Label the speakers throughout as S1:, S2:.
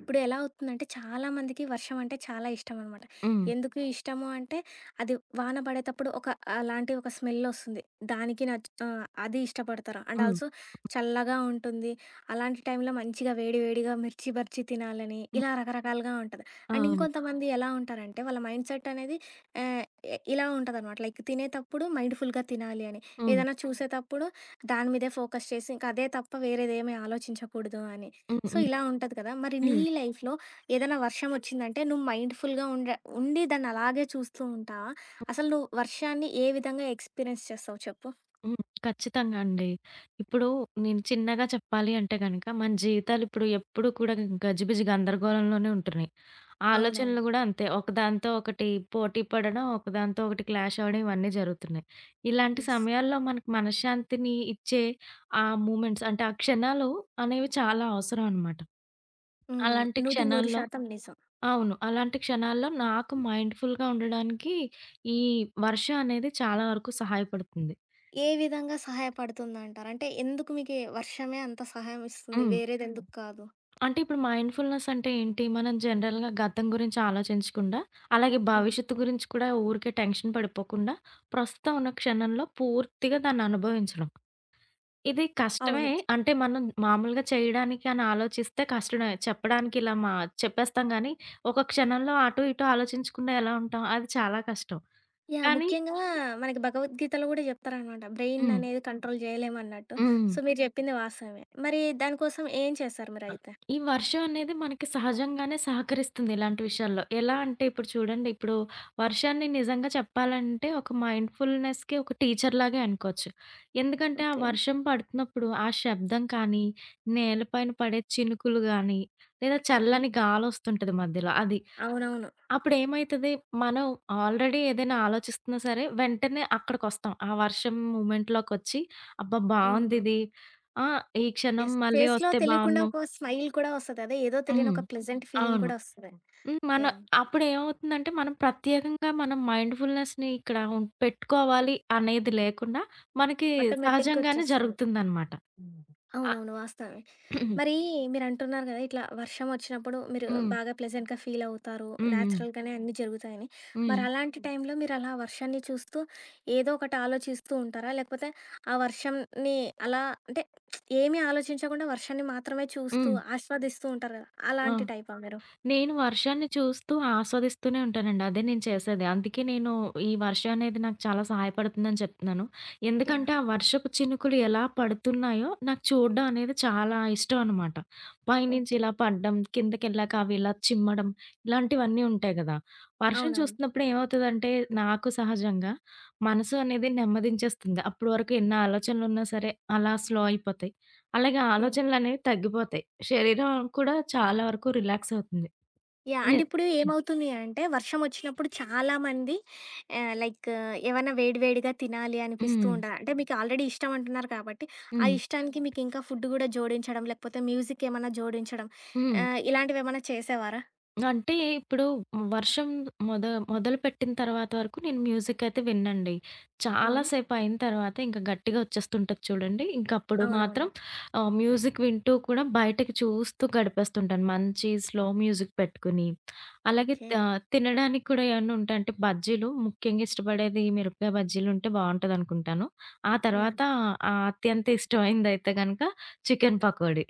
S1: ఇప్పుడు ఎలా అవుతుందంటే చాలామందికి వర్షం అంటే చాలా ఇష్టం అనమాట.
S2: హ్మ్.
S1: ఎందుకు ఇష్టము అంటే అది వాన పడేటప్పుడు ఒక అలాంటి ఒక స్మెల్ వస్తుంది. దానికి నచ్ అది ఇష్టపడతారు. అండ్
S2: హ్మ్.
S1: ఆల్సో చల్లగా ఉంటుంది. అలాంటి టైంలో మంచిగా వేడి వేడిగా మిర్చి బజ్జీ తినాలని
S2: హ్మ్.
S1: ఇలా రకరకాలుగా ఉంటది. అండ్
S2: అవును.
S1: ఇంకొంతమంది ఎలా ఉంటారంటే వాళ్ళ మైండ్ సెట్ అనేది ఆహ్, ఇలా ఉంటదనమాట. లైక్ తినేటప్పుడు మైండ్‌ఫుల్‌గా తినాలి అని.
S2: హ్మ్.
S1: ఏదైనా చూసేటప్పుడు దాని మీదే ఫోకస్ చేసి ఇంకా అదే తప్ప వేరేదేమీ ఆలోచించకూడదు అని.
S2: హ్మ్.
S1: సో,
S2: హ్మ్.
S1: ఇలా ఉంటది కదా! మరి నీ
S2: హ్మ్.
S1: లైఫ్‌లో ఏదైనా వర్షం వచ్చిందంటే నువ్వు మైండ్‌ఫుల్‌గా ఉండి దాన్ని అలాగే చూస్తూ ఉంటావా?
S2: హ్మ్.
S1: అసలు నువ్వు వర్షాన్ని ఏ విధంగా ఎక్స్‌పీరియన్స్ చేస్తావు చెప్పు?
S2: హ్మ్. ఖచ్చితంగా అండి. ఇప్పుడు నేను చిన్నగా చెప్పాలి అంటే గనక, మన జీవితాలు ఇప్పుడు ఎప్పుడు కూడా గజిబిజి గందరగోళంలోనే ఉంటున్నాయి. ఆలోచనలు
S1: అవునవును.
S2: గూడా అంతే. ఒకదాంతో ఒకటి పోటీ పడడం, ఒకదాంతో ఒకటి క్లాష్ అవ్వడం ఇవన్నీ జరుగుతున్నాయి. ఇలాంటి
S1: యెస్.
S2: సమయాల్లో మనకు మనశ్శాంతిని ఇచ్చే ఆ మూమెంట్స్ అంటే ఆ క్షణాలు అనేవి చాలా అవసరం అనమాట.
S1: హ్మ్.
S2: అలాంటి క్షణాల్లో
S1: 100% నిజం.
S2: అవును. అలాంటి క్షణాల్లో నాకు మైండ్‌ఫుల్‌గా ఉండడానికి ఈ వర్ష అనేది చాలా వరకు సహాయపడుతుంది.
S1: ఏ విధంగా సహాయపడుతుందంటారు? అంటే ఎందుకు మీకీ వర్షమే అంత సహాయం ఇస్తుంది? హ్మ్.
S2: హ్మ్.
S1: వేరేదెందుకు కాదు?
S2: అంటే ఇప్పుడు మైండ్‌ఫుల్‌నెస్ అంటే ఏంటి? మనం జనరల్‌గా గతం గురించి ఆలోచించకుండా, అలాగే
S1: హ్మ్.
S2: భవిష్యత్తు గురించి కూడా ఊరికే టెన్షన్ పడిపోకుండా, ప్రస్తుతం ఉన్న క్షణంలో పూర్తిగా దాన్ని అనుభవించడం. ఇది కష్టమే.
S1: అవును.
S2: అంటే మనం మామూలుగా చేయడానికి అని ఆలోచిస్తే కష్టమే. చెప్పడానికి ఇలా చెప్పేస్తాం గానీ, ఒక క్షణంలో అటు ఇటు ఆలోచించకుండా ఎలా ఉంటాం? అది చాలా కష్టం.
S1: యాహ్!
S2: కానీ
S1: ముఖ్యంగా మనకి భగవద్గీతలో గూడా జెప్తారనమాట. బ్రెయిన్
S2: హ్మ్.
S1: అనేది కంట్రోల్ జేయలేమన్నట్టు.
S2: హ్మ్.
S1: సో, మీరు జెప్పింది వాస్తవమే. మరి దానికోసం ఏం చేశారు
S2: అన్
S1: మీరైతే?
S2: ఈ వర్షం అనేది మనకి సహజంగానే సహకరిస్తుంది ఇలాంటి విషయాల్లో. ఎలా అంటే ఇప్పుడు చూడండి, ఇప్పుడు వర్షాన్ని నిజంగా చెప్పాలంటే ఒక మైండ్‌ఫుల్‌నెస్‌కి ఒక టీచర్‌లాగే అనుకోవచ్చు. ఎందుకంటే ఆ
S1: ఓకే.
S2: వర్షం పడుతున్నప్పుడు ఆ శబ్దం కానీ, నేలపైన పడే చినుకులు గానీ, లేదా
S1: హ్మ్.
S2: చల్లని గాలొస్తుంటది మధ్యలో అది.
S1: అవునవును.
S2: అప్పుడేమైతది మనం ఆల్రెడీ ఏదైనా ఆలోచిస్తున్నా సరే వెంటనే అక్కడికొస్తాం. ఆ వర్షం మూమెంట్‌లోకొచ్చి అబ్బా!
S1: హ్మ్.
S2: బావుందిది. ఆ! ఈ క్షణం
S1: యెస్.
S2: మళ్ళీ
S1: ఫేస్‌లో
S2: వస్తే
S1: తెలియకుండా
S2: బావున్ను.
S1: ఒక స్మైల్ కూడా వస్తది. అదే ఏదో తెలియని
S2: హ్మ్.
S1: ఒక ప్లెజెంట్ ఫీలింగ్
S2: అవును.
S1: కూడా వస్తది.
S2: హ్మ్. మన
S1: యాహ్!
S2: అప్పుడేమవుతుందంటే, మనం ప్రత్యేకంగా మనం మైండ్‌ఫుల్‌నెస్‌ని ఇక్కడ పెట్టుకోవాలి అనేది లేకుండా, మనకి
S1: ఆటోమేటిక్‌గా
S2: సహజంగానే
S1: వచ్చేస్తుంది.
S2: జరుగుతుందనమాట. ఆ!
S1: అవునవును. వాస్తవమే. మరి మీరంటున్నారు కదా! ఇట్లా వర్షం వచ్చినప్పుడు మీరు
S2: హ్మ్.
S1: బాగా ప్లెజెంట్‌గా ఫీల్ అవుతారు.
S2: హ్మ్. హ్మ్.
S1: న్యాచురల్‌గానే అన్నీ జరుగుతాయని.
S2: హ్మ్.
S1: మరి అలాంటి హ్మ్. టైంలో మీరు అలా వర్షాన్ని చూస్తూ ఏదో ఒకటి ఆలోచిస్తూ ఉంటారా? లేకపోతే ఆ వర్షంని అలా అంటే ఏమీ ఆలోచించకుండా వర్షాన్ని మాత్రమే చూస్తూ
S2: హ్మ్.
S1: ఆస్వాదిస్తూ ఉంటారు కదా!
S2: ఆ!
S1: అలాంటి టైపా మీరు?
S2: నేను వర్షాన్ని చూస్తూ ఆస్వాదిస్తూనే ఉంటానండి. అదే నేను చేసేది. అందుకే నేను ఈ వర్షం అనేది నాకు చాలా సహాయపడుతుందని చెప్తున్నాను. ఎందుకంటే,
S1: యాహ్!
S2: ఆ వర్షపు చినుకులు ఎలా పడుతున్నాయో నాకు చూడడం అనేది చాలా ఇష్టం అనమాట. పైనుంచి
S1: ఓకే.
S2: ఇలా పడడం, కిందకెళ్ళాక అవి ఇలా చిమ్మడం, ఇలాంటివన్నీ ఉంటాయి గదా! వర్షం
S1: అవునవును.
S2: చూస్తున్నప్పుడు ఏమవుతదంటే, నాకు సహజంగా మనసు అనేది నెమ్మదించేస్తుంది. అప్పటి వరకు ఎన్ని ఆలోచనలున్నా సరే అలా స్లో అయిపోతాయి. అలాగే
S1: యాహ్!
S2: ఆలోచనలనేవి తగ్గిపోతాయి. శరీరం కూడా చాలా వరకు రిలాక్స్ అవుతుంది.
S1: యాహ్!
S2: నే
S1: అంటే ఇప్పుడు ఏమవుతుంది అంటే వర్షం వచ్చినప్పుడు చాలామంది లైక్ ఏవన్నా వేడి వేడిగా తినాలి అనిపిస్తూ
S2: హ్మ్.
S1: ఉంటది. అంటే మీకు ఆల్రెడీ ఇష్టం అంటున్నారు కాబట్టి, ఆ
S2: హ్మ్.
S1: ఇష్టానికి మీకు ఇంకా ఫుడ్ గూడా జోడించడం, లేకపోతే మ్యూజిక్ ఏమన్నా జోడించడం
S2: హ్మ్.
S1: ఇలాంటివేమన్నా చేసేవారా?
S2: అంటే ఇప్పుడు వర్షం మొద మొదలుపెట్టిన తర్వాత వరకు నేను మ్యూజికయితే విననండి. చాలా
S1: హ్మ్.
S2: సేపయిన తర్వాత ఇంక గట్టిగా వచ్చేస్తుంటది చూడండి. ఇంకప్పుడు
S1: అవునవును.
S2: మాత్రం మ్యూజిక్ వింటూ కూడా బయటకి చూస్తూ గడిపేస్తుంటాను. మంచి స్లో మ్యూజిక్ పెట్టుకుని. అలాగే
S1: ఓకే.
S2: తినడానికి కూడా ఏమన్నా ఉంటే అంటే బజ్జీలు ముఖ్యంగా ఇష్టపడేది మిరపకాయ బజ్జీలుంటే బావుంటదనుకుంటాను. ఆ
S1: యాహ్!
S2: తర్వాత అత్యంత ఇష్టమైందయితే గనక చికెన్ పకోడీ.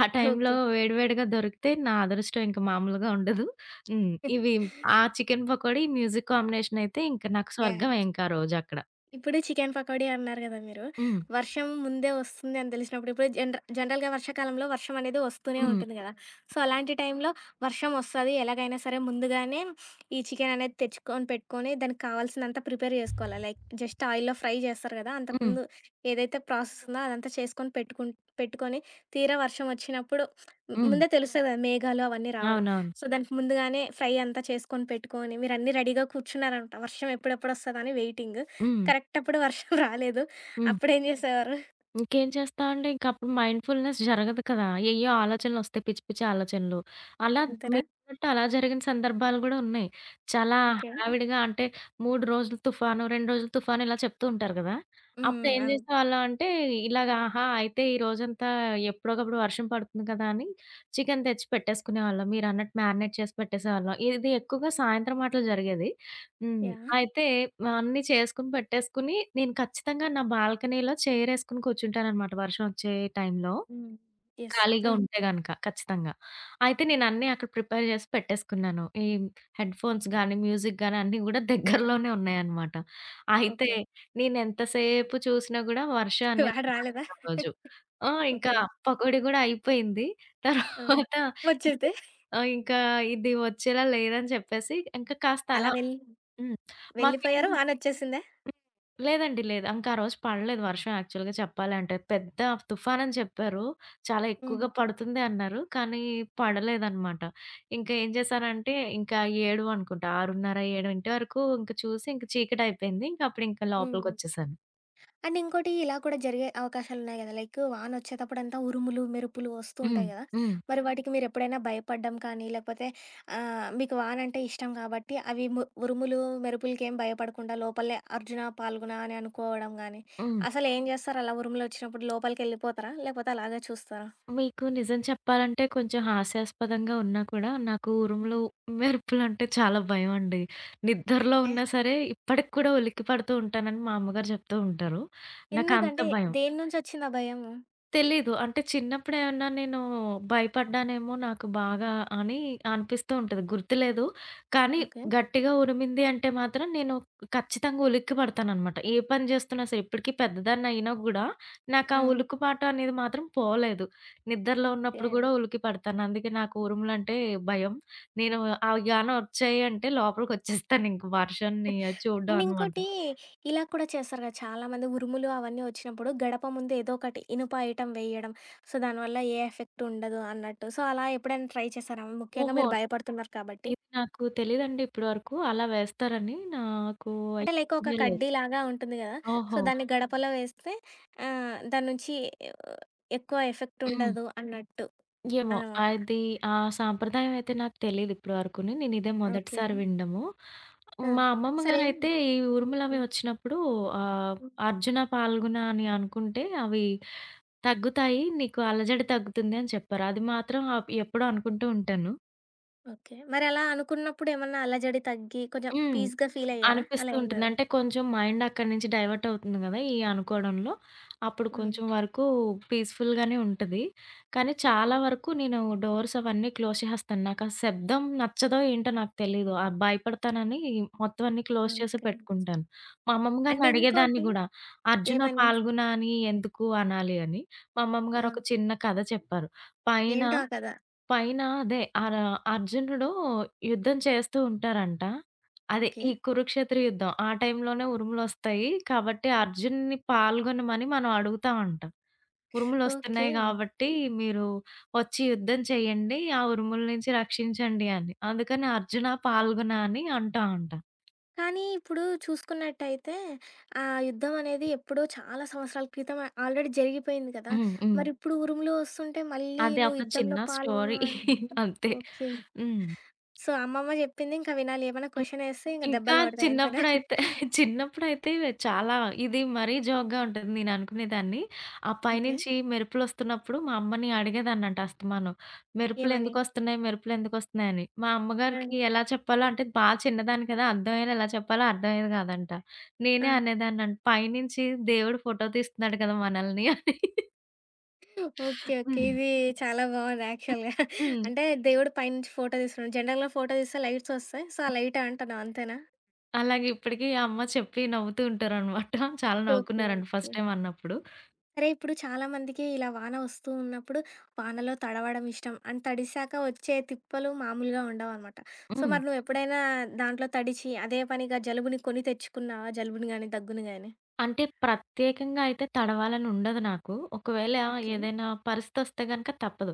S2: ఆ టైంలో
S1: ఓకే.
S2: వేడి వేడిగా దొరికితే నా అదృష్టం ఇంక మామూలుగా ఉండదు. హ్మ్. ఇవి ఆ చికెన్ పకోడీ, మ్యూజిక్ కాంబినేషన్ అయితే ఇంక నాకు స్వర్గమే
S1: యాహ్!
S2: ఇంక ఆ రోజక్కడ.
S1: ఇప్పుడు చికెన్ పకోడీ అన్నారు గదా మీరు.
S2: హ్మ్.
S1: వర్షం ముందే వస్తుంది అని తెలిసినప్పుడు ఇప్పుడు జనరల్‌గా వర్షాకాలంలో వర్షం అనేది వస్తూనే
S2: హ్మ్.
S1: ఉంటుంది గదా! సో, అలాంటి టైంలో వర్షం వస్తది ఎలాగైనా సరే ముందుగానే ఈ చికెన్ అనేది తెచ్చుకొని పెట్టుకొని దానికి కావాల్సినంత ప్రిపేర్ జేసుకోవాలి. లైక్ జస్ట్ ఆయిల్‌లో ఫ్రై జేస్తారు గదా!
S2: హ్మ్.
S1: అంతకుముందు ఏదైతే ప్రాసెస్ ఉందో అదంతా చేసుకొని పెట్టుకొని తీరా వర్షం వచ్చినప్పుడు
S2: హ్మ్.
S1: ముందే తెలుస్తది గదా! మేఘాలు అవన్నీ రావడం.
S2: అవునవును.
S1: సో, దానికి ముందుగానే ఫ్రై అంతా చేసుకొని పెట్టుకొని మీరన్నీ రెడీగా కూర్చున్నారనమాట. వర్షం ఎప్పుడెప్పుడొస్తదా అని వెయిటింగ్.
S2: హ్మ్.
S1: కరెక్ట్ అప్పుడు వర్షం రాలేదు.
S2: హ్మ్.
S1: అప్పుడేం జేసేవారు?
S2: ఇంకేం చేస్తా అంటే ఇంకప్పుడు మైండ్‌ఫుల్‌నెస్ జరగదు కదా! ఏయ్యో ఆలోచనలొస్తాయి పిచ్చి పిచ్చి ఆలోచనలు. అలా
S1: అంతేనా?
S2: మీరన్నట్టు అలా జరిగిన సందర్భాలు గూడా ఉన్నాయి. చాలా
S1: ఓకే.
S2: హడావిడిగా అంటే 3 రోజులు తుఫాను, 2 రోజులు తుఫాను ఇలా చెప్తూ ఉంటారు గదా! అప్పుడు
S1: హ్మ్.
S2: ఏం
S1: అవును.
S2: చేసేవాళ్ళం అంటే ఇలాగ ఆహా! అయితే ఈ రోజంతా ఎప్పుడోకప్పుడు వర్షం పడుతుంది కదా! అని చికెన్ తెచ్చి పెట్టేసుకునేవాళ్ళం. మీరన్నట్టు మ్యారినేట్ చేసి పెట్టేసేవాళ్ళం. ఇది ఎక్కువగా సాయంత్రం మాటలు జరిగేది. హ్మ్.
S1: యాహ్!
S2: అయితే అన్నీ చేసుకొని పెట్టేసుకుని, నేను ఖచ్చితంగా నా బాల్కనీలో చైరేసుకొని కూర్చుంటాననమాట వర్షం ఒచ్చే టైంలో.
S1: హ్మ్. యెస్.
S2: ఖాళీగా
S1: హ్మ్.
S2: ఉంటే గనక ఖచ్చితంగా. అయితే నేనన్నీ అక్కడ ప్రిపేర్ జేసి పెట్టేసుకున్నాను. ఈ హెడ్‌ఫోన్స్ గానీ, మ్యూజిక్ గానీ అన్నీ గూడా దగ్గరలోనే ఉన్నాయనమాట. అయితే
S1: ఓకే.
S2: నేనెంతసేపు చూసినా గూడా వర్షం అనేది
S1: వాడు రాలేదా?
S2: రాలేదు ఆ రోజు. ఆ! ఇంకా
S1: ఓకే.
S2: పకోడీ గూడా అయిపోయింది.
S1: ఆ!
S2: తర్వాత
S1: వచ్చిద్ది.
S2: ఇంకా ఇది వచ్చేలా లేదని చెప్పేసి ఇంకా కాస్త
S1: అలా
S2: అలా
S1: వెళ్
S2: హ్మ్.
S1: వెళ్ళిపోయారు.
S2: మాకేంటి
S1: వానొచ్చేసిందా?
S2: లేదండి. లేదు. ఇంకా ఆ రోజు పడలేదు వర్షం యాక్చువల్‌గా చెప్పాలంటే. పెద్ద తుఫానని చెప్పారు. చాలా
S1: హుహు.
S2: ఎక్కువగా పడుతుంది అన్నారు. కానీ పడలేదనమాట. ఇంకా ఏం చేశానంటే ఇంకా 7 అనుకుంటా 6:30, 7 వరకు ఇంక చూసి ఇంక చీకటయిపోయింది. ఇంక అప్పుడు ఇంక
S1: హ్మ్.
S2: లోపలికొచ్చేసాను.
S1: అండ్ ఇంకోటి ఇలా కూడా జరిగే అవకాశాలున్నాయి గదా! లైక్ వానొచ్చేటప్పుడంతా ఉరుములు, మెరుపులు వస్తూ
S2: హ్మ్.
S1: ఉంటాయి గదా!
S2: హ్మ్.
S1: మరి వాటికి మీరెప్పుడైనా భయపడ్డం కానీ, లేకపోతే మీకు వానంటే ఇష్టం కాబట్టి అవి ఉరుములు, మెరుపులకేం భయపడకుండా లోపలే అర్జున, పాల్గుణ అని అనుకోవడం గానీ,
S2: హ్మ్.
S1: అసలేం జేస్తారు అలా ఉరుములొచ్చినప్పుడు? లోపలికెళ్ళిపోతారా? లేకపోతే అలాగే చూస్తారా?
S2: మీకు నిజం చెప్పాలంటే కొంచెం హాస్యాస్పదంగా ఉన్నా కూడా, నాకు ఉరుములు, మెరుపులంటే చాలా భయమండి. నిద్రలో
S1: ఓకే.
S2: ఉన్నా సరే ఇప్పటికి కూడా ఉలిక్కి పడుతూ ఉంటానని మా అమ్మగారు చెప్తూ ఉంటారు. నాకంత
S1: ఎందుకంటే
S2: భయం.
S1: దేని నుంచొచ్చింది ఆ భయము?
S2: తెలీదు. అంటే చిన్నప్పుడేమన్నా నేను భయపడ్డానేమో నాకు బాగా అని అనిపిస్తూ ఉంటది. గుర్తులేదు. కానీ
S1: ఓకే.
S2: గట్టిగా ఉరిమింది అంటే మాత్రం నేను ఖచ్చితంగా ఉలిక్కి పడతాననమాట. ఏ పని జేస్తున్నా సరే ఇప్పటికి పెద్దదాన్ని అయినా గూడా నాకు ఆ
S1: హ్మ్.
S2: ఉలుకుపాట అనేది మాత్రం పోలేదు. నిద్రలో
S1: ఓకే.
S2: ఉన్నప్పుడు గూడా ఉలికి పడతాను. అందుకే నాకు ఉరుములంటే భయం. నేను అవి గాన ఒచ్చాయి అంటే లోపలికొచ్చేస్తాను ఇంక వర్షాన్ని చూడ్డం
S1: అండ్
S2: అనమాట.
S1: ఇంకోటి ఇలా కూడా చేస్తారు కదా చాలా మంది ఉరుములు అవన్నీ వచ్చినప్పుడు గడప ముందు ఏదో ఒకటి ఇనుప ఐటమ్ వేయడం సో దానివల్ల ఏ ఎఫెక్ట్ ఉండదు అన్నట్టు సో అలా ఎప్పుడైనా ట్రై చేశారా ముఖ్యంగా
S2: ఓహో!
S1: మీరు భయపడుతున్నారు కాబట్టి
S2: ఇది నాకు తెలీదండి ఇప్పటి వరకు. అలా వేస్తారని నాకు
S1: అంటే
S2: అయితే
S1: లైక్ ఒక
S2: ఐడియా లేదు.
S1: కడ్డీ లాగా ఉంటుంది కదా సో
S2: ఓహో!
S1: దాన్ని గడపలో వేస్తే ఆ, దాని నుంచి ఆ, ఎక్కువ ఎఫెక్ట్
S2: హ్మ్.
S1: ఉండదు అన్నట్టు
S2: ఏమో
S1: అనమాట
S2: అది ఆ సాంప్రదాయం అయితే నాకు తెలీదు ఇప్పటి వరకుని. నేనిదే
S1: ఓకే
S2: మొదటిసారి వినడము.
S1: ఆ,
S2: మా అమ్మమ్మ
S1: సరే
S2: గారైతే ఈ ఉరుములవి
S1: ఉమ్,
S2: వచ్చినప్పుడు ఆహ్,
S1: ఉమ్,
S2: అర్జున, పాల్గుణ అని అనుకుంటే అవి తగ్గుతాయి. నీకు అలజడి తగ్గుతుంది అని చెప్పారు. అది మాత్రం అప్ ఎప్పుడో అనుకుంటూ ఉంటాను.
S1: ఓకే మరి అలా అనుకున్నప్పుడు ఏమన్నా అలజడి తగ్గి కొంచెం
S2: హ్మ్.
S1: పీస్గా ఫీల్ అయ్యారా
S2: అనిపిస్తూ
S1: అలా
S2: ఉంటుంది.
S1: ఉన్నారు
S2: అంటే కొంచెం మైండ్ అక్కడి నుంచి డైవర్ట్ అవుతుంది గదా! ఈ అనుకోవడంలో. అప్పుడు కొంచెం వరకు పీస్‌ఫుల్‌గానే ఉంటది. కానీ
S1: ఓకే.
S2: చాలా వరకు నేను డోర్స్ అవన్నీ క్లోజ్ చేసేస్తాను. నాకు ఆ శబ్దం నచ్చదో ఏంటో నాకు తెలీదు. ఆ భయపడతానని మొత్తం అన్నీ క్లోజ్ చేసి
S1: ఓకే.
S2: పెట్టుకుంటాను. మా అమ్మమ్మ గారిని
S1: అండ్
S2: అడిగేదాన్ని
S1: ఇంకోటి
S2: గూడా, అర్జున,
S1: ఏమని?
S2: పాల్గుణ అని ఎందుకు అనాలి అని. మా అమ్మమ్మ
S1: ఆ!
S2: గారు ఒక చిన్న కథ చెప్పారు. పైన
S1: ఏంటో ఆ కథ.
S2: పైన అదే అర అర్జునుడు యుద్ధం చేస్తూ ఉంటారంట. అదే
S1: ఓకే.
S2: ఈ కురుక్షేత్ర యుద్ధం. ఆ టైంలోనే ఉరుములొస్తాయి. కాబట్టి అర్జున్‌ని పాల్గొనమని మనం అడుగుతా ఉంటాం.
S1: ఓకే.
S2: ఉరుములొస్తున్నాయి గాబట్టి మీరు వచ్చి యుద్ధం చేయండి. ఆ ఉరుముల నుంచి రక్షించండి అని. అందుకని అర్జున పాల్గొన అని అంటా ఉంటాం.
S1: కానీ ఇప్పుడు చూసుకున్నట్టయితే ఆ యుద్ధం అనేది ఎప్పుడో చాలా సంవత్సరాల క్రితం ఆల్రెడీ జరిగిపోయింది కదా!
S2: హ్మ్. హ్మ్.
S1: మరిప్పుడు ఉరుములు వస్తుంటే మళ్ళీ
S2: అదే
S1: నువ్వు
S2: ఒక చిన్న
S1: యుద్ధంలో పాల్గొన్న
S2: స్టోరీ అంతే.
S1: ఓకే.
S2: హ్మ్. హ్మ్.
S1: సో, అమ్మమ్మ చెప్పింది ఇంకా వినాలి. ఏమన్నా క్వెషన్ ఏస్తే ఇంక
S2: ఇంకా
S1: దెబ్బలు పడతాయి అంతేనా?
S2: చిన్నప్పుడైతే చిన్నప్పుడైతే చాలా ఇది మరీ జోక్‌గా ఉంటుంది నేననుకునేదాన్ని. ఆ
S1: ఓకే.
S2: పైనుంచి మెరుపులొస్తున్నప్పుడు మా అమ్మని అడిగేదాన్నంట అస్తమానం.
S1: ఏమని?
S2: "మెరుపులెందుకొస్తున్నాయి? మెరుపులెందుకొస్తున్నాయి?" అని. మా
S1: ఆ!
S2: అమ్మగారికి ఎలా చెప్పాలో అంటే బా చిన్నదాన్ని కదా! అర్థమయ్యేలా ఎలా చెప్పాలో అర్థమయ్యేది కాదంట. నేనే
S1: ఆ!
S2: అనేదాన్నంట, "పైనుంచి దేవుడు ఫోటో తీస్తున్నాడు కదా మనల్ని" అని.
S1: ఓకే. ఓకే.
S2: హ్మ్.
S1: ఇది చాలా బావుంది
S2: హ్మ్.
S1: యాక్చువల్‌గా.
S2: హ్మ్.
S1: అంటే దేవుడు పైనుంచి ఫోటో తీసుకున్నాడు. జనరల్‌గా ఫోటో తీస్తే లైట్స్ ఒస్తాయి. సో, ఆ లైటా అంటున్నావు అంతేనా?
S2: అలాగే ఇప్పటికి అమ్మ చెప్పి నవ్వుతూ ఉంటారనమాట. చాలా
S1: ఓకే.
S2: నవ్వుకున్నారండి
S1: ఓకే.
S2: ఫస్ట్ టైమ్ అన్నప్పుడు.
S1: సరే ఇప్పుడు చాలామందికి ఇలా వాన ఒస్తూ ఉన్నప్పుడు వానలో తడవడం ఇష్టం. అండ్ తడిశాక వచ్చే తిప్పలు మామూలుగా ఉండవనమాట. సో,
S2: హ్మ్.
S1: మరి నువ్వెప్పుడైనా దాంట్లో తడిచి అదే పనిగా జలుబుని కొని తెచ్చుకున్నావా? జలుబుని గాని, దగ్గుని గాని?
S2: అంటే ప్రత్యేకంగా అయితే తడవాలని ఉండదు నాకు. ఒకవేళ
S1: ఓకే.
S2: ఏదైనా పరిస్థితొస్తే గనక తప్పదు.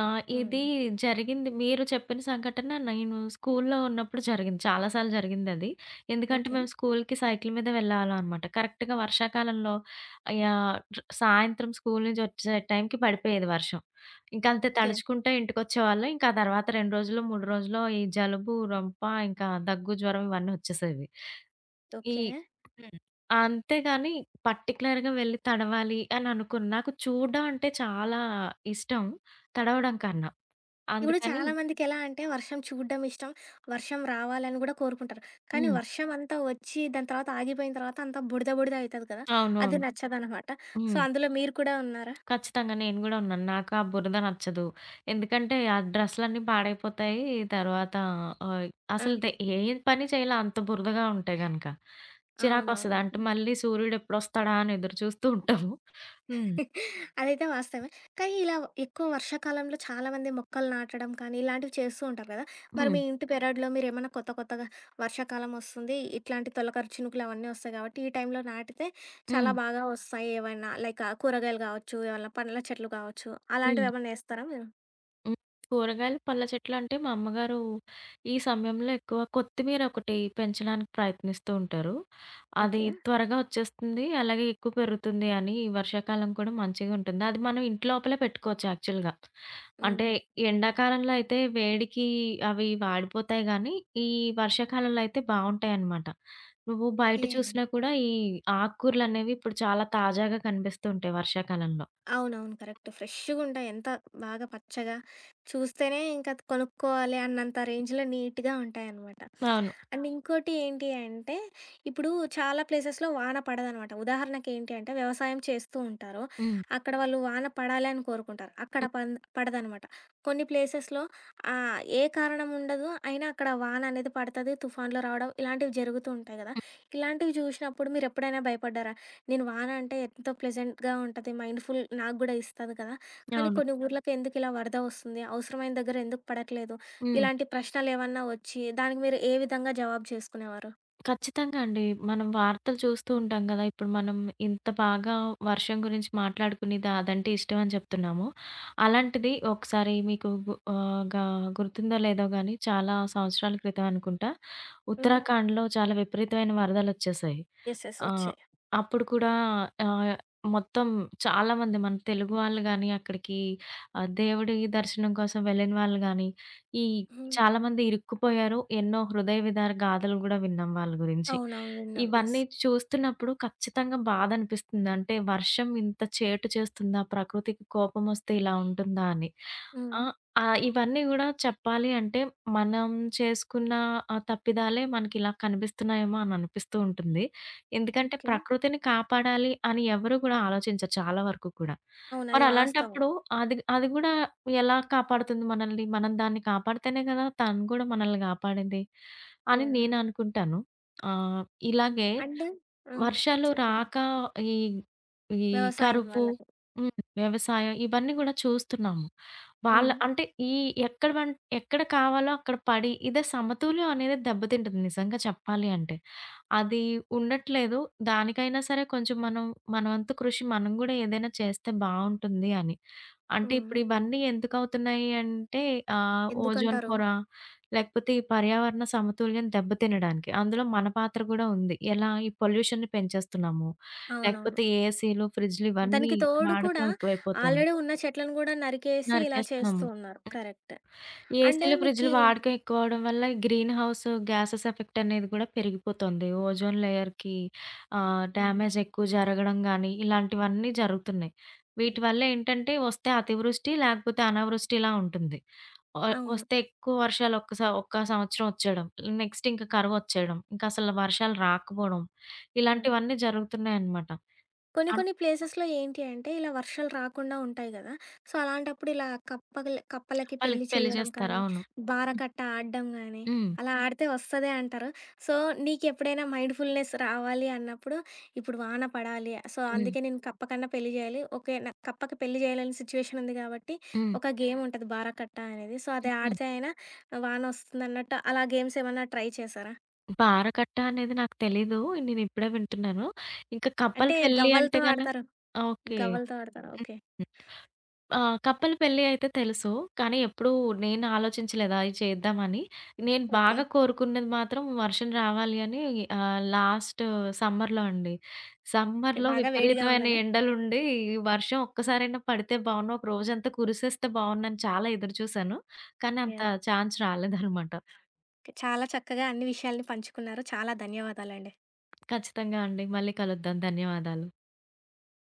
S1: హ్మ్.
S2: ఇది జరిగింది మీరు చెప్పిన సంఘటన నేను స్కూల్లో ఉన్నప్పుడు జరిగింది. చాలా సార్లు జరిగిందది. ఎందుకంటే
S1: ఓకే.
S2: మేము స్కూల్‌కి సైకిల్ మీద వెళ్ళాలనమాట. కరెక్ట్‌గా వర్షాకాలంలో యాహ్! సాయంత్రం స్కూల్ నుంచి వచ్చే టైంకి పడిపోయేది వర్షం. ఇంక అంతే
S1: ఓకే.
S2: తడుచుకుంటే ఇంటికొచ్చేవాళ్ళం. ఇంకా ఆ తర్వాత 2 రోజుల్లో, 3 రోజుల్లో ఈ జలుబు, రొంప ఇంకా దగ్గు, జ్వరం ఇవన్నీ వచ్చేసేవి. ఈ
S1: ఓకే.
S2: హ్మ్. అంతేగాని పర్టిక్యులర్‌గా వెళ్లి తడవాలి అని అనుకోను. నాకు చూడడం అంటే చాలా ఇష్టం తడవడం కన్నా.
S1: ఇప్పుడు
S2: అందుకని
S1: చాలామందికి ఎలా అంటే వర్షం చూడ్డం ఇష్టం. వర్షం రావాలని గూడా కోరుకుంటారు. కానీ
S2: హ్మ్.
S1: వర్షం అంతా వచ్చి దాని తర్వాత ఆగిపోయిన తర్వాత అంతా బుడద బుడద అయితది కదా! అది
S2: అవునవును.
S1: నచ్చదనమాట. సో,
S2: హ్మ్.
S1: అందులో మీరు కూడా ఉన్నారా?
S2: ఖచ్చితంగా నేను గూడా ఉన్నాను. నాకు ఆ బురద నచ్చదు. ఎందుకంటే ఆ డ్రెస్‌లన్నీ పాడైపోతాయి. తర్వాత ఆహ్,
S1: ఆ!
S2: అసలు ఏ పని చేయలే అంత బురదగా ఉంటే గనక. చిరాకొస్తది.
S1: అవునవును.
S2: అంటే మళ్ళీ సూర్యుడెప్పుడొస్తాడా అని ఎదురు చూస్తూ ఉంటాము. హ్మ్.
S1: అదైతే వాస్తవమే. కానీ ఇలా ఎక్కువ వర్షాకాలంలో చాలామంది మొక్కలు నాటడం కానీ, ఇలాంటివి చేస్తూ ఉంటారు కదా! మరి
S2: హ్మ్.
S1: మీ ఇంటి పెరడులో మీరేమన్నా కొత్త కొత్తగా వర్షాకాలం వస్తుంది, ఇట్లాంటి తొలకరి చినుకులు అవన్నీ వస్తాయి కాబట్టి, ఈ టైంలో నాటితే
S2: హ్మ్.
S1: చాలా బాగా వస్తాయి ఏవైనా లైక్ కూరగాయలు కావచ్చు, ఏమన్నా పండ్ల చెట్లు కావచ్చు,
S2: హ్మ్.
S1: అలాంటివేమన్నా ఏస్తారా మీరు?
S2: హ్మ్. కూరగాయలు, పళ్ళ చెట్లంటే మా అమ్మగారు ఈ సమయంలో ఎక్కువ కొత్తిమీర ఒకటి పెంచడానికి ప్రయత్నిస్తూ ఉంటారు. అది
S1: ఓకే.
S2: త్వరగా వచ్చేస్తుంది. అలాగే ఎక్కువ పెరుగుతుంది అని ఈ వర్షాకాలం కూడా మంచిగా ఉంటుంది. అది మనం ఇంటి లోపలే పెట్టుకోవచ్చు యాక్చువల్‌గా. అంటే
S1: హుహు.
S2: ఎండాకాలంలో అయితే వేడికి అవి వాడిపోతాయి గానీ, ఈ వర్షాకాలంలో అయితే బావుంటాయన్నమాట. నువ్వు బయట
S1: ఓకే.
S2: చూసినా కూడా ఈ ఆకుకూరలనేవి ఇప్పుడు చాలా తాజాగా కనిపిస్తూ ఉంటాయి వర్షాకాలంలో.
S1: అవునవును. కరెక్ట్. ఫ్రెష్‌గుంటాయి. ఎంత బాగా పచ్చగా చూస్తేనే ఇంకా కొనుక్కోవాలి అన్నంత రేంజ్‌లో నీట్‌గా ఉంటాయనమాట.
S2: అవును.
S1: అండ్ అవును. ఇంకోటి ఏంటి అంటే, ఇప్పుడు చాలా ప్లేసెస్‌లో వాన పడదనమాట. ఉదాహరణకి ఏంటి అంటే, వ్యవసాయం చేస్తూ ఉంటారు.
S2: హ్మ్.
S1: అక్కడ వాళ్ళు వాన పడాలి అని కోరుకుంటారు. అక్కడ
S2: హ్మ్.
S1: పన్ పడదనమాట. కొన్ని ప్లేసెస్‌లో ఏ కారణం ఉండదు. అయినా అక్కడ వాన అనేది పడతది. తుఫాన్లు రావడం ఇలాంటివి జరుగుతూ ఉంటాయి గదా!
S2: హ్మ్.
S1: ఇలాంటివి చూసినప్పుడు మీరెప్పుడైనా భయపడ్డారా? నేను వాన అంటే ఎంతో ప్లెజెంట్‌గా ఉంటది. మైండ్‌ఫుల్ నాకు గూడా ఇస్తది కదా! కానీ
S2: అవును.
S1: కొన్ని అవును. ఊర్లకు ఎందుకు ఇలా వరద వస్తుంది? అవసరమైన దగ్గర ఎందుకు పడట్లేదు?
S2: హ్మ్.
S1: ఇలాంటి ప్రశ్నలేమన్నా వచ్చి దానికి మీరు ఏ విధంగా జవాబు చేసుకునేవారు?
S2: ఖచ్చితంగా అండి. మనం వార్తలు చూస్తూ ఉంటాం గదా! ఇప్పుడు మనం ఇంత బాగా వర్షం గురించి మాట్లాడుకునేది అదంటే ఇష్టం అని చెప్తున్నాము. అలాంటిది ఒకసారి మీకు గు ఆహ్, గా గుర్తుందో లేదో గానీ చాలా సంవత్సరాల క్రితం అనుకుంటా,
S1: హ్మ్.
S2: ఉత్తరాఖండ్‌లో చాలా విపరీతమైన వరదలొచ్చేశాయి.
S1: యెస్. యెస్.
S2: ఆ!
S1: వచ్చాయి.
S2: అప్పుడు కూడా ఆహ్, మొత్తం చాలామంది మన తెలుగు వాళ్ళు గాని, అక్కడికి దేవుడి దర్శనం కోసం వెళ్ళిన వాళ్ళు గాని, ఈ
S1: హ్మ్.
S2: చాలామంది ఇరుక్కుపోయారు. ఎన్నో హృదయ విదార గాథలు గూడా విన్నాం వాళ్ళ గురించి.
S1: అవునవును. విన్నాం. యెస్.
S2: ఇవన్నీ చూస్తున్నప్పుడు ఖచ్చితంగా బాధనిపిస్తుంది. అంటే వర్షం ఇంత చేటు చేస్తుందా? ప్రకృతికి కోపమొస్తే ఇలా ఉంటుందా? అని. ఆ!
S1: హ్మ్.
S2: ఇవన్నీ గూడా చెప్పాలి అంటే మనం చేసుకున్న ఆ తప్పిదాలే మనకిలా కనిపిస్తున్నాయేమో అని అనిపిస్తూ ఉంటుంది. ఎందుకంటే
S1: ఓకే.
S2: ప్రకృతిని కాపాడాలి అని ఎవరు కూడా ఆలోచించరు చాలా వరకు కూడా.
S1: అవును. అది వాస్తవం.
S2: మరలాంటప్పుడు అది అది గూడా ఎలా కాపాడుతుంది మనల్ని? మనం దాన్ని కాపాడితేనే గదా! తను గూడా మనల్ని కాపాడింది అని
S1: యాహ్!
S2: నేననుకుంటాను. ఆహ్, ఇలాగే
S1: అండ్ హ్మ్.
S2: వర్షాలు
S1: చెప్పండి.
S2: రాక ఈ, ఈ
S1: వ్యవసాయం
S2: కరువు,
S1: వాళ్ళకి.
S2: హ్మ్. వ్యవసాయం ఇవన్నీ గూడా చూస్తున్నాము. వాళ్ళ
S1: హ్మ్.
S2: అంటే ఈ ఎక్కడ ఎక్కడ కావాలో అక్కడ పడి ఇదే సమతుల్యం అనేది దెబ్బతింటుంది నిజంగా చెప్పాలి అంటే. అది ఉండట్లేదు. దానికైనా సరే కొంచెం మనం మన వంతు కృషి మనం గూడా ఏదైనా చేస్తే బావుంటుంది అని. అంటే
S1: హ్మ్.
S2: ఇప్పుడు ఇవన్నీ ఎందుకవుతున్నాయి అంటే ఓజోన్
S1: ఎందుకంటారు?
S2: పొర లేకపోతే ఈ పర్యావరణ సమతుల్యం దెబ్బతినడానికి. అందులో మన పాత్ర గూడా ఉంది. ఎలా ఈ పొల్యూషన్‌ని పెంచేస్తున్నాము.
S1: అవునవును.
S2: లేకపోతే ఏసీలు, ఫ్రిడ్జ్‌లు ఇవన్నీ
S1: దానికి తోడు
S2: వాడకం
S1: కూడా
S2: ఎక్కువైపోతుంది.
S1: ఆల్రెడీ ఉన్న చెట్లను గూడా నరికేసి ఇలా చేస్తూ
S2: నరికేస్తున్నాము.
S1: ఉన్నారు. కరెక్ట్. అండ్
S2: ఏసీలు, ఫ్రిడ్జ్‌లు
S1: మీకీ
S2: వాడకం ఎక్కువ అవ్వడం వల్ల ఈ గ్రీన్ హౌస్ గ్యాసెస్ ఎఫెక్ట్ అనేది గూడా పెరిగిపోతుంది. ఓజోన్ లేయర్‌కి
S1: హ్మ్.
S2: డ్యామేజ్ ఎక్కువ జరగడం గానీ, ఇలాంటివన్నీ జరుగుతున్నాయి. వీటి వల్ల ఏంటంటే వస్తే అతివృష్టి, లేకపోతే అనావృష్టి ఇలా ఉంటుంది. వ
S1: అవును.
S2: వస్తే ఎక్కువ వర్షాలు ఒక్క సంవత్సరం వచ్చేయడం. నెక్స్ట్ ఇంక కరువొచ్చేయడం. ఇంకసలు వర్షాలు రాకపోవడం.
S1: ఆ!
S2: ఇలాంటివన్నీ జరుగుతున్నాయన్నమాట.
S1: కొన్ని
S2: అన్
S1: కొన్ని ప్లేసెస్‌లో ఏంటి అంటే ఇలా వర్షాలు రాకుండా ఉంటాయి గదా! సో, అలాంటప్పుడు ఇలా కప్పలకి
S2: వాళ్ళకి
S1: పెళ్లి
S2: పెళ్లి
S1: చేయడం
S2: చేస్తారు.
S1: కానీ,
S2: అవును.
S1: బారకట్ట ఆడడం గానీ,
S2: హ్మ్.
S1: అలా ఆడితే వస్తదే అంటారు. సో, నీకెప్పుడైనా మైండ్‌ఫుల్‌నెస్ రావాలి అన్నప్పుడు, ఇప్పుడు వాన పడాలి, సో,
S2: హ్మ్.
S1: అందుకే నేను కప్ప కన్నా పెళ్లి జేయాలి. ఓకే. నాకు కప్పకి పెళ్లి జేయలేని సిచ్యువేషన్ ఉంది గాబట్టి,
S2: హ్మ్.
S1: ఒక గేమ్ ఉంటది బారకట్ట అనేది. సో, అది
S2: హ్మ్.
S1: ఆడితే అయినా వానొస్తుందన్నట్టు అలా గేమ్స్ ఏమన్నా ట్రై చేశారా?
S2: బారకట్ట అనేది నాకు తెలీదు. నేనిప్పుడే వింటున్నాను. ఇంకా కప్పల
S1: అంటే
S2: పెళ్లి అంటే
S1: గవ్వలతో
S2: గన
S1: ఆడతారు.
S2: ఓకే.
S1: గవ్వలతో ఆడతారా? ఓకే.
S2: హ్మ్. ఆ! కపుల్ పెళ్లి అయితే తెలుసు. కానీ ఎప్పుడూ నేను ఆలోచించలేదు అది చేద్దామని. నేను
S1: ఓకే.
S2: బాగా కోరుకున్నది మాత్రం వర్షం రావాలి అని లాస్ట్ సమ్మర్‌లో అండి.
S1: ఓకే.
S2: సమ్మర్‌లో
S1: బాగా వేడిగా
S2: విపరీతమైన
S1: ఉందనా?
S2: ఎండలుండి, వర్షం ఒక్కసారైనా పడితే బావున్ను, ఒక రోజంతా కురిసేస్తే బావున్నని చాలా ఎదురుచూశాను. కానీ అంత
S1: యాహ్!
S2: ఛాన్స్ రాలేదనమాట.
S1: చాలా చక్కగా అన్ని విషయాల్ని పంచుకున్నారు. చాలా ధన్యవాదాలండి.
S2: ఖచ్చితంగా అండి. మళ్ళీ కలుద్దాం. ధన్యవాదాలు.